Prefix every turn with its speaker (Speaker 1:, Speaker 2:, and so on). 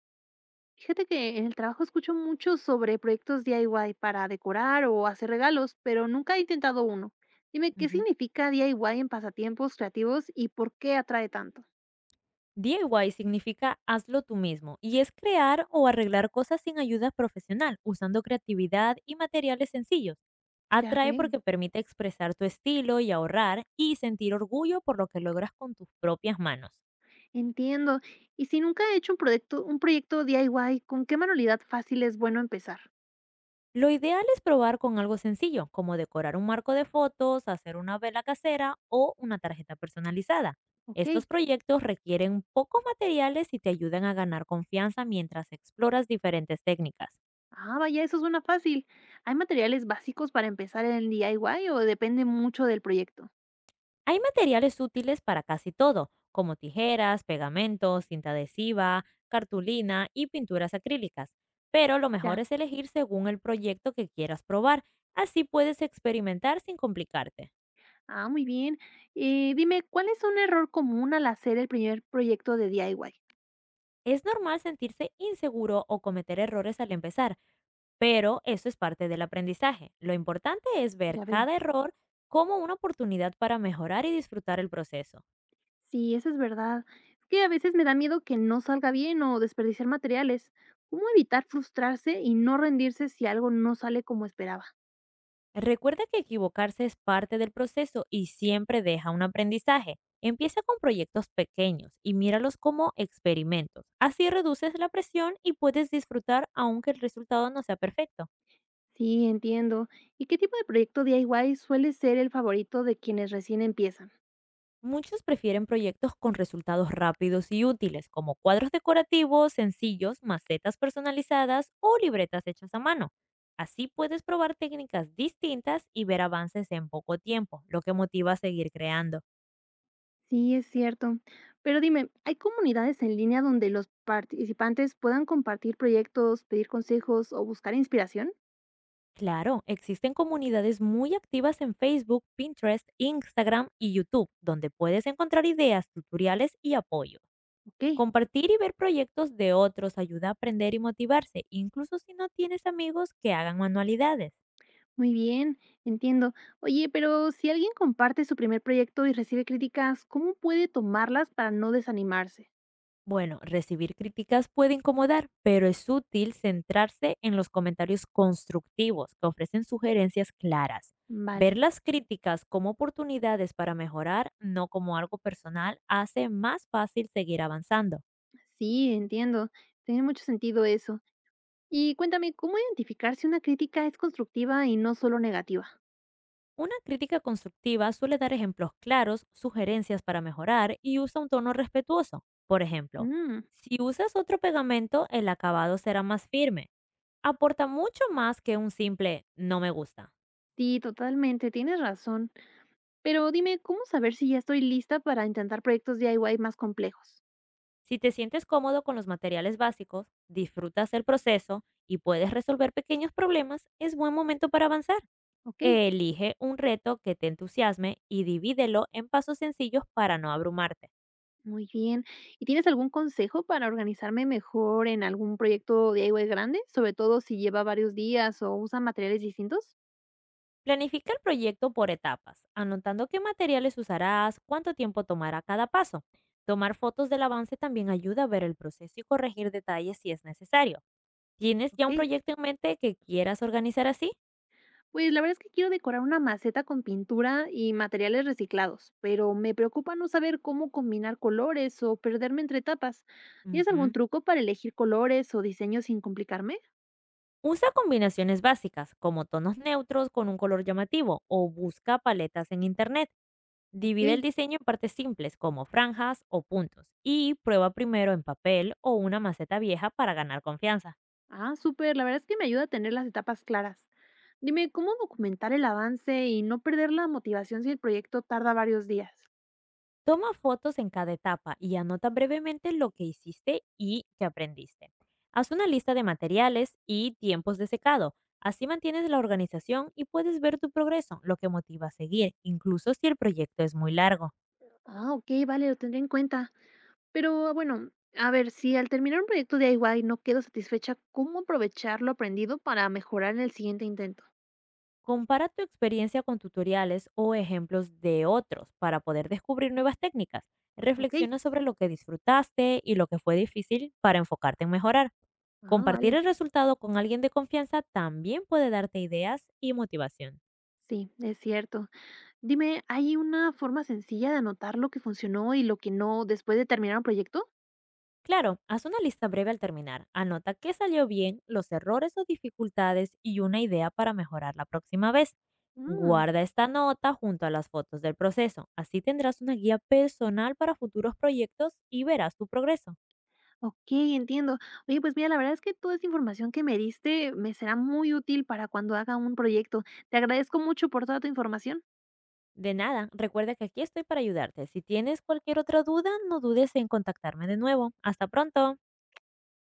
Speaker 1: Fíjate que en el trabajo escucho mucho sobre proyectos DIY para decorar o hacer regalos, pero nunca he intentado uno. Dime, ¿qué
Speaker 2: Ujú.
Speaker 1: significa DIY en pasatiempos creativos y por qué atrae tanto?
Speaker 2: DIY significa hazlo tú mismo y es crear o arreglar cosas sin ayuda profesional, usando creatividad y materiales sencillos.
Speaker 1: Ya
Speaker 2: Atrae
Speaker 1: veo,
Speaker 2: porque permite expresar tu estilo y ahorrar y sentir orgullo por lo que logras con tus propias manos.
Speaker 1: entiendo. Y si nunca he hecho un proyecto, DIY, ¿con qué manualidad fácil es bueno empezar?
Speaker 2: Lo ideal es probar con algo sencillo, como decorar un marco de fotos, hacer una vela casera o una tarjeta personalizada.
Speaker 1: Ok.
Speaker 2: Estos proyectos requieren pocos materiales y te ayudan a ganar confianza mientras exploras diferentes técnicas.
Speaker 1: Ah, vaya, eso suena fácil. ¿Hay materiales básicos para empezar en DIY o depende mucho del proyecto?
Speaker 2: Hay materiales útiles para casi todo, como tijeras, pegamentos, cinta adhesiva, cartulina y pinturas acrílicas, pero lo mejor
Speaker 1: Ya.
Speaker 2: es elegir según el proyecto que quieras probar, así puedes experimentar sin complicarte.
Speaker 1: Ah, muy bien. Dime, ¿cuál es un error común al hacer el primer proyecto de DIY?
Speaker 2: Es normal sentirse inseguro o cometer errores al empezar, pero eso es parte del aprendizaje. Lo importante es ver
Speaker 1: Ya veo.
Speaker 2: cada error como una oportunidad para mejorar y disfrutar el proceso.
Speaker 1: Sí, eso es verdad. Es que a veces me da miedo que no salga bien o desperdiciar materiales. ¿Cómo evitar frustrarse y no rendirse si algo no sale como esperaba?
Speaker 2: Recuerda que equivocarse es parte del proceso y siempre deja un aprendizaje. Empieza con proyectos pequeños y míralos como experimentos. Así reduces la presión y puedes disfrutar aunque el resultado no sea perfecto.
Speaker 1: Sí, entiendo. ¿Y qué tipo de proyecto DIY suele ser el favorito de quienes recién empiezan?
Speaker 2: Muchos prefieren proyectos con resultados rápidos y útiles, como cuadros decorativos sencillos, macetas personalizadas o libretas hechas a mano. Así puedes probar técnicas distintas y ver avances en poco tiempo, lo que motiva a seguir creando.
Speaker 1: Sí, es cierto. Pero dime, ¿hay comunidades en línea donde los participantes puedan compartir proyectos, pedir consejos o buscar inspiración?
Speaker 2: Claro, existen comunidades muy activas en Facebook, Pinterest, Instagram y YouTube, donde puedes encontrar ideas, tutoriales y apoyo.
Speaker 1: Ok.
Speaker 2: Compartir y ver proyectos de otros ayuda a aprender y motivarse, incluso si no tienes amigos que hagan manualidades.
Speaker 1: Muy bien, entiendo. Oye, pero si alguien comparte su primer proyecto y recibe críticas, ¿cómo puede tomarlas para no desanimarse?
Speaker 2: Bueno, recibir críticas puede incomodar, pero es útil centrarse en los comentarios constructivos que ofrecen sugerencias claras.
Speaker 1: Vale,
Speaker 2: Ver las críticas como oportunidades para mejorar, no como algo personal, hace más fácil seguir avanzando.
Speaker 1: sí, entiendo. Tiene mucho sentido eso. Y cuéntame, ¿cómo identificar si una crítica es constructiva y no solo negativa?
Speaker 2: Una crítica constructiva suele dar ejemplos claros, sugerencias para mejorar y usa un tono respetuoso. Por ejemplo,
Speaker 1: Mm,
Speaker 2: si usas otro pegamento, el acabado será más firme. Aporta mucho más que un simple no me gusta.
Speaker 1: sí, totalmente, tienes razón. Pero dime, ¿cómo saber si ya estoy lista para intentar proyectos DIY más complejos?
Speaker 2: Si te sientes cómodo con los materiales básicos, disfrutas el proceso y puedes resolver pequeños problemas, es buen momento para avanzar.
Speaker 1: Ok.
Speaker 2: Elige un reto que te entusiasme y divídelo en pasos sencillos para no abrumarte.
Speaker 1: Muy bien. ¿Y tienes algún consejo para organizarme mejor en algún proyecto de DIY grande? Sobre todo si lleva varios días o usa materiales distintos.
Speaker 2: Planifica el proyecto por etapas, anotando qué materiales usarás, cuánto tiempo tomará cada paso. Tomar fotos del avance también ayuda a ver el proceso y corregir detalles si es necesario. ¿Tienes ya un
Speaker 1: Ok,
Speaker 2: proyecto en mente que quieras organizar así?
Speaker 1: pues la verdad es que quiero decorar una maceta con pintura y materiales reciclados, pero me preocupa no saber cómo combinar colores o perderme entre etapas. ¿Tienes algún
Speaker 2: Ujú.
Speaker 1: truco para elegir colores o diseños sin complicarme?
Speaker 2: Usa combinaciones básicas, como tonos neutros con un color llamativo, o busca paletas en internet.
Speaker 1: Ok.
Speaker 2: Divide el diseño en partes simples, como franjas o puntos, y prueba primero en papel o una maceta vieja para ganar confianza.
Speaker 1: Ah, súper, la verdad es que me ayuda a tener las etapas claras. Dime, ¿cómo documentar el avance y no perder la motivación si el proyecto tarda varios días?
Speaker 2: Toma fotos en cada etapa y anota brevemente lo que hiciste y que aprendiste. Haz una lista de materiales y tiempos de secado. Así mantienes la organización y puedes ver tu progreso, lo que motiva a seguir, incluso si el proyecto es muy largo.
Speaker 1: Ah, okey, vale, lo tendré en cuenta. Pero bueno, a ver, si al terminar un proyecto de DIY no quedo satisfecha, ¿cómo aprovechar lo aprendido para mejorar en el siguiente intento?
Speaker 2: Compara tu experiencia con tutoriales o ejemplos de otros para poder descubrir nuevas técnicas.
Speaker 1: Okey.
Speaker 2: Reflexiona sobre lo que disfrutaste y lo que fue difícil para enfocarte en mejorar.
Speaker 1: Ah,
Speaker 2: Compartir
Speaker 1: vale.
Speaker 2: el resultado con alguien de confianza también puede darte ideas y motivación.
Speaker 1: Sí, es cierto. Dime, ¿hay una forma sencilla de anotar lo que funcionó y lo que no después de terminar un proyecto?
Speaker 2: Claro, haz una lista breve al terminar. Anota qué salió bien, los errores o dificultades y una idea para mejorar la próxima vez.
Speaker 1: Mm,
Speaker 2: Guarda esta nota junto a las fotos del proceso. Así tendrás una guía personal para futuros proyectos y verás tu progreso.
Speaker 1: okey, entiendo. Oye, pues mira, la verdad es que toda esta información que me diste me será muy útil para cuando haga un proyecto. Te agradezco mucho por toda tu información.
Speaker 2: De nada, recuerda que aquí estoy para ayudarte. Si tienes cualquier otra duda, no dudes en contactarme de nuevo. Hasta pronto.